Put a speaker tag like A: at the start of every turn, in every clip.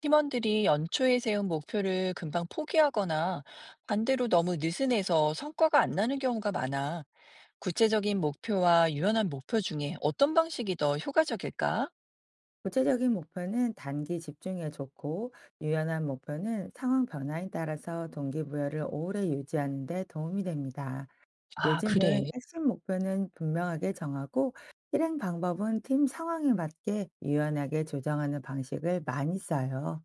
A: 팀원들이 연초에 세운 목표를 금방 포기하거나 반대로 너무 느슨해서 성과가 안 나는 경우가 많아. 구체적인 목표와 유연한 목표 중에 어떤 방식이 더 효과적일까?
B: 구체적인 목표는 단기 집중에 좋고, 유연한 목표는 상황 변화에 따라서 동기부여를 오래 유지하는 데 도움이 됩니다.
A: 아,
B: 요즘은
A: 그래.
B: 핵심 목표는 분명하게 정하고, 실행 방법은 팀 상황에 맞게 유연하게 조정하는 방식을 많이 써요.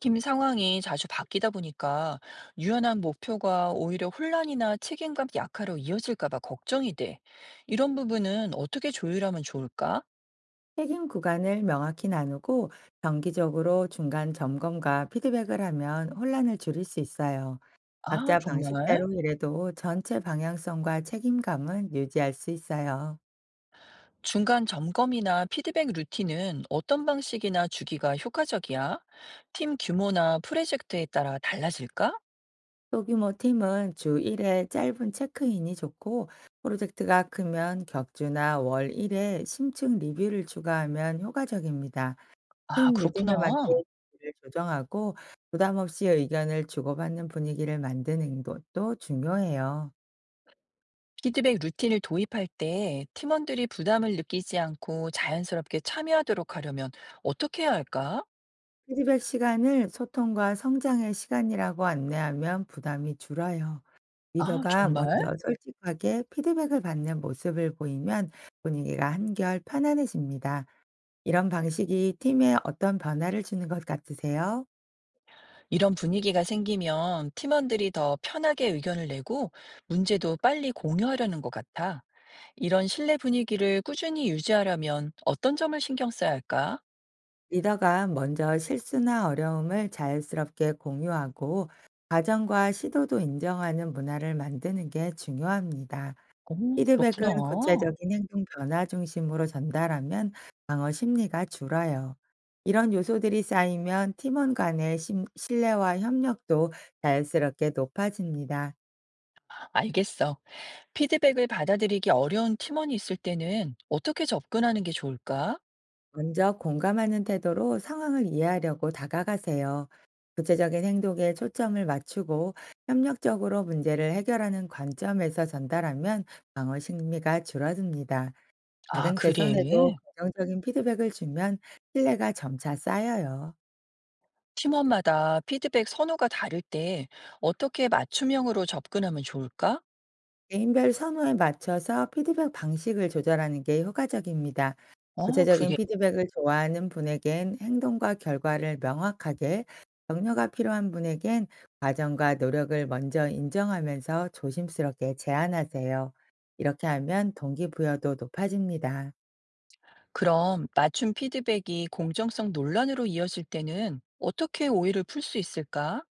A: 팀 상황이 자주 바뀌다 보니까 유연한 목표가 오히려 혼란이나 책임감 약화로 이어질까 봐 걱정이 돼. 이런 부분은 어떻게 조율하면 좋을까?
B: 책임 구간을 명확히 나누고, 정기적으로 중간 점검과 피드백을 하면 혼란을 줄일 수 있어요.
A: 아,
B: 각자
A: 정말?
B: 방식대로 일해도 전체 방향성과 책임감은 유지할 수 있어요.
A: 중간 점검이나 피드백 루틴은 어떤 방식이나 주기가 효과적이야? 팀 규모나 프로젝트에 따라 달라질까?
B: 소규모 팀은 주 1회 짧은 체크인이 좋고, 프로젝트가 크면 격주나 월 1회 심층 리뷰를 추가하면 효과적입니다.
A: 아,
B: 팀 리듬에 맞게
A: 그렇구나.
B: 일을 조정하고 부담 없이 의견을 주고받는 분위기를 만드는 것도 중요해요.
A: 피드백 루틴을 도입할 때 팀원들이 부담을 느끼지 않고 자연스럽게 참여하도록 하려면 어떻게 해야 할까?
B: 피드백 시간을 소통과 성장의 시간이라고 안내하면 부담이 줄어요.
A: 아,
B: 리더가
A: 정말?
B: 먼저 솔직하게 피드백을 받는 모습을 보이면 분위기가 한결 편안해집니다. 이런 방식이 팀에 어떤 변화를 주는 것 같으세요?
A: 이런 분위기가 생기면 팀원들이 더 편하게 의견을 내고 문제도 빨리 공유하려는 것 같아. 이런 신뢰 분위기를 꾸준히 유지하려면 어떤 점을 신경 써야 할까?
B: 리더가 먼저 실수나 어려움을 자연스럽게 공유하고 과정과 시도도 인정하는 문화를 만드는 게 중요합니다.
A: 오, 그렇구나.
B: 피드백은 구체적인 행동 변화 중심으로 전달하면 방어 심리가 줄어요. 이런 요소들이 쌓이면 팀원 간의 신뢰와 협력도 자연스럽게 높아집니다.
A: 알겠어. 피드백을 받아들이기 어려운 팀원이 있을 때는 어떻게 접근하는 게 좋을까?
B: 먼저 공감하는 태도로 상황을 이해하려고 다가가세요. 구체적인 행동에 초점을 맞추고 협력적으로 문제를 해결하는 관점에서 전달하면 방어 심리가 줄어듭니다.
A: 아,
B: 작은 개선에도
A: 그래.
B: 긍정적인 피드백을 주면 신뢰가 점차 쌓여요.
A: 팀원마다 피드백 선호가 다를 때 어떻게 맞춤형으로 접근하면 좋을까?
B: 개인별 선호에 맞춰서 피드백 방식을 조절하는 게 효과적입니다.
A: 어,
B: 구체적인
A: 그래.
B: 피드백을 좋아하는 분에겐 행동과 결과를 명확하게, 격려가 필요한 분에겐 과정과 노력을 먼저 인정하면서 조심스럽게 제안하세요. 이렇게 하면 동기부여도 높아집니다.
A: 그럼 맞춤 피드백이 공정성 논란으로 이어질 때는 어떻게 오해를 풀 수 있을까?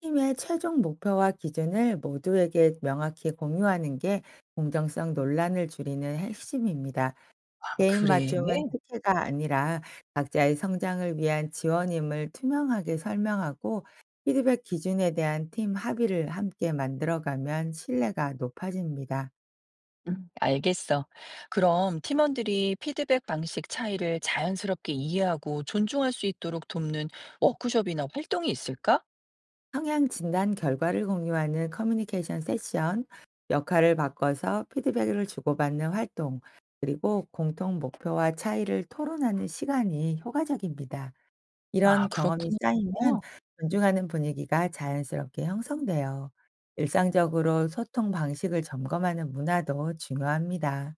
B: 팀의 최종 목표와 기준을 모두에게 명확히 공유하는 게 공정성 논란을 줄이는 핵심입니다.
A: 아,
B: 개인
A: 그래.
B: 맞춤은 특혜가 아니라 각자의 성장을 위한 지원임을 투명하게 설명하고 피드백 기준에 대한 팀 합의를 함께 만들어가면 신뢰가 높아집니다.
A: 알겠어. 그럼 팀원들이 피드백 방식 차이를 자연스럽게 이해하고 존중할 수 있도록 돕는 워크숍이나 활동이 있을까?
B: 성향 진단 결과를 공유하는 커뮤니케이션 세션, 역할을 바꿔서 피드백을 주고받는 활동, 그리고 공통 목표와 차이를 토론하는 시간이 효과적입니다.
A: 아,
B: 이런 경험이
A: 그렇구나.
B: 쌓이면
A: 어,
B: 존중하는 분위기가 자연스럽게 형성돼요. 일상적으로 소통 방식을 점검하는 문화도 중요합니다.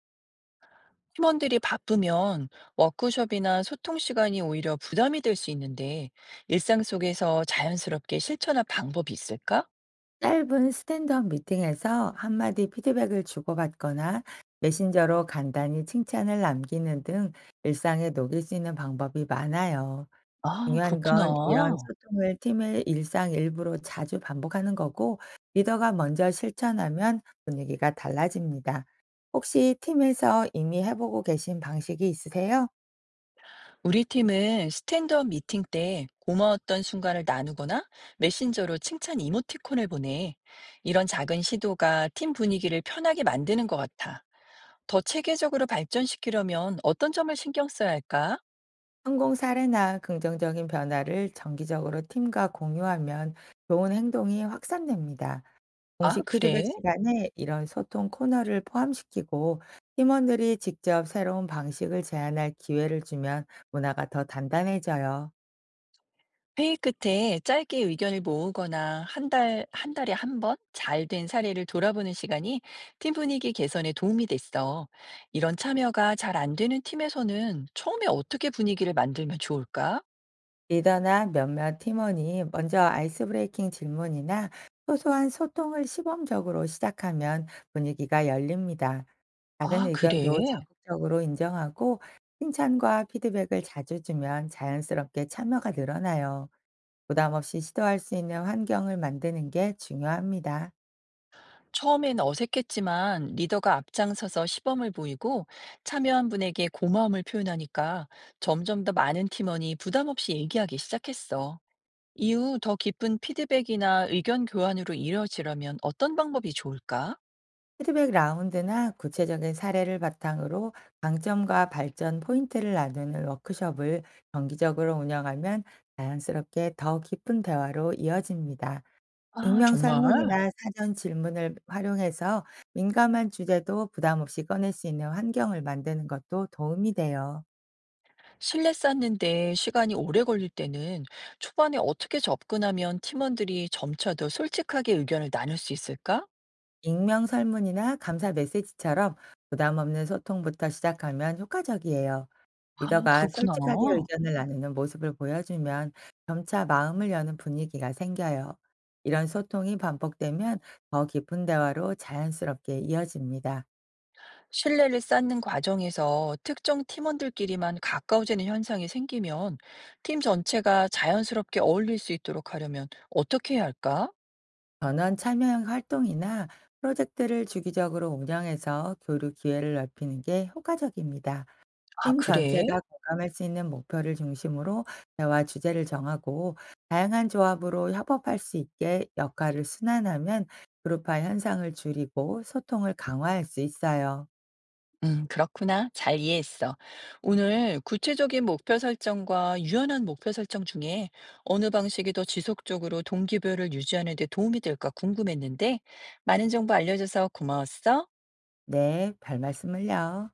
A: 팀원들이 바쁘면 워크숍이나 소통 시간이 오히려 부담이 될 수 있는데 일상 속에서 자연스럽게 실천할 방법이 있을까?
B: 짧은 스탠드업 미팅에서 한마디 피드백을 주고받거나 메신저로 간단히 칭찬을 남기는 등 일상에 녹일 수 있는 방법이 많아요.
A: 아,
B: 중요한
A: 그렇구나.
B: 건 이런 소통을 팀의 일상 일부로 자주 반복하는 거고, 리더가 먼저 실천하면 분위기가 달라집니다. 혹시 팀에서 이미 해보고 계신 방식이 있으세요?
A: 우리 팀은 스탠드업 미팅 때 고마웠던 순간을 나누거나 메신저로 칭찬 이모티콘을 보내. 이런 작은 시도가 팀 분위기를 편하게 만드는 것 같아. 더 체계적으로 발전시키려면 어떤 점을 신경 써야 할까?
B: 성공 사례나 긍정적인 변화를 정기적으로 팀과 공유하면 좋은 행동이 확산됩니다.
A: 아,
B: 공식 피드백
A: 그래?
B: 시간에 이런 소통 코너를 포함시키고 팀원들이 직접 새로운 방식을 제안할 기회를 주면 문화가 더 단단해져요.
A: 회의 끝에 짧게 의견을 모으거나 한 달에 한 번 잘 된 사례를 돌아보는 시간이 팀 분위기 개선에 도움이 됐어. 이런 참여가 잘 안 되는 팀에서는 처음에 어떻게 분위기를 만들면 좋을까?
B: 리더나 몇몇 팀원이 먼저 아이스 브레이킹 질문이나 소소한 소통을 시범적으로 시작하면 분위기가 열립니다. 작은
A: 아, 그래?
B: 의견도 적극적으로 인정하고 칭찬과 피드백을 자주 주면 자연스럽게 참여가 늘어나요. 부담 없이 시도할 수 있는 환경을 만드는 게 중요합니다.
A: 처음엔 어색했지만 리더가 앞장서서 시범을 보이고 참여한 분에게 고마움을 표현하니까 점점 더 많은 팀원이 부담 없이 얘기하기 시작했어. 이후 더 깊은 피드백이나 의견 교환으로 이루어지려면 어떤 방법이 좋을까?
B: 피드백 라운드나 구체적인 사례를 바탕으로 강점과 발전 포인트를 나누는 워크숍을 정기적으로 운영하면 자연스럽게 더 깊은 대화로 이어집니다.
A: 아,
B: 익명
A: 정말?
B: 설문이나 사전 질문을 활용해서 민감한 주제도 부담 없이 꺼낼 수 있는 환경을 만드는 것도 도움이 돼요.
A: 신뢰 쌓는데 시간이 오래 걸릴 때는 초반에 어떻게 접근하면 팀원들이 점차 더 솔직하게 의견을 나눌 수 있을까?
B: 익명 설문이나 감사 메시지처럼 부담 없는 소통부터 시작하면 효과적이에요.
A: 아,
B: 리더가
A: 그렇구나.
B: 솔직하게 의견을 나누는 모습을 보여주면 점차 마음을 여는 분위기가 생겨요. 이런 소통이 반복되면 더 깊은 대화로 자연스럽게 이어집니다.
A: 신뢰를 쌓는 과정에서 특정 팀원들끼리만 가까워지는 현상이 생기면 팀 전체가 자연스럽게 어울릴 수 있도록 하려면 어떻게 해야 할까?
B: 전원 참여형 활동이나 프로젝트를 주기적으로 운영해서 교류 기회를 넓히는 게 효과적입니다.
A: 아,
B: 팀
A: 그래?
B: 전체가 공감할 수 있는 목표를 중심으로 대화 주제를 정하고 다양한 조합으로 협업할 수 있게 역할을 순환하면 그룹화 현상을 줄이고 소통을 강화할 수 있어요.
A: 그렇구나. 잘 이해했어. 오늘 구체적인 목표 설정과 유연한 목표 설정 중에 어느 방식이 더 지속적으로 동기부여를 유지하는 데 도움이 될까 궁금했는데, 많은 정보 알려줘서 고마웠어.
B: 네, 별 말씀을요.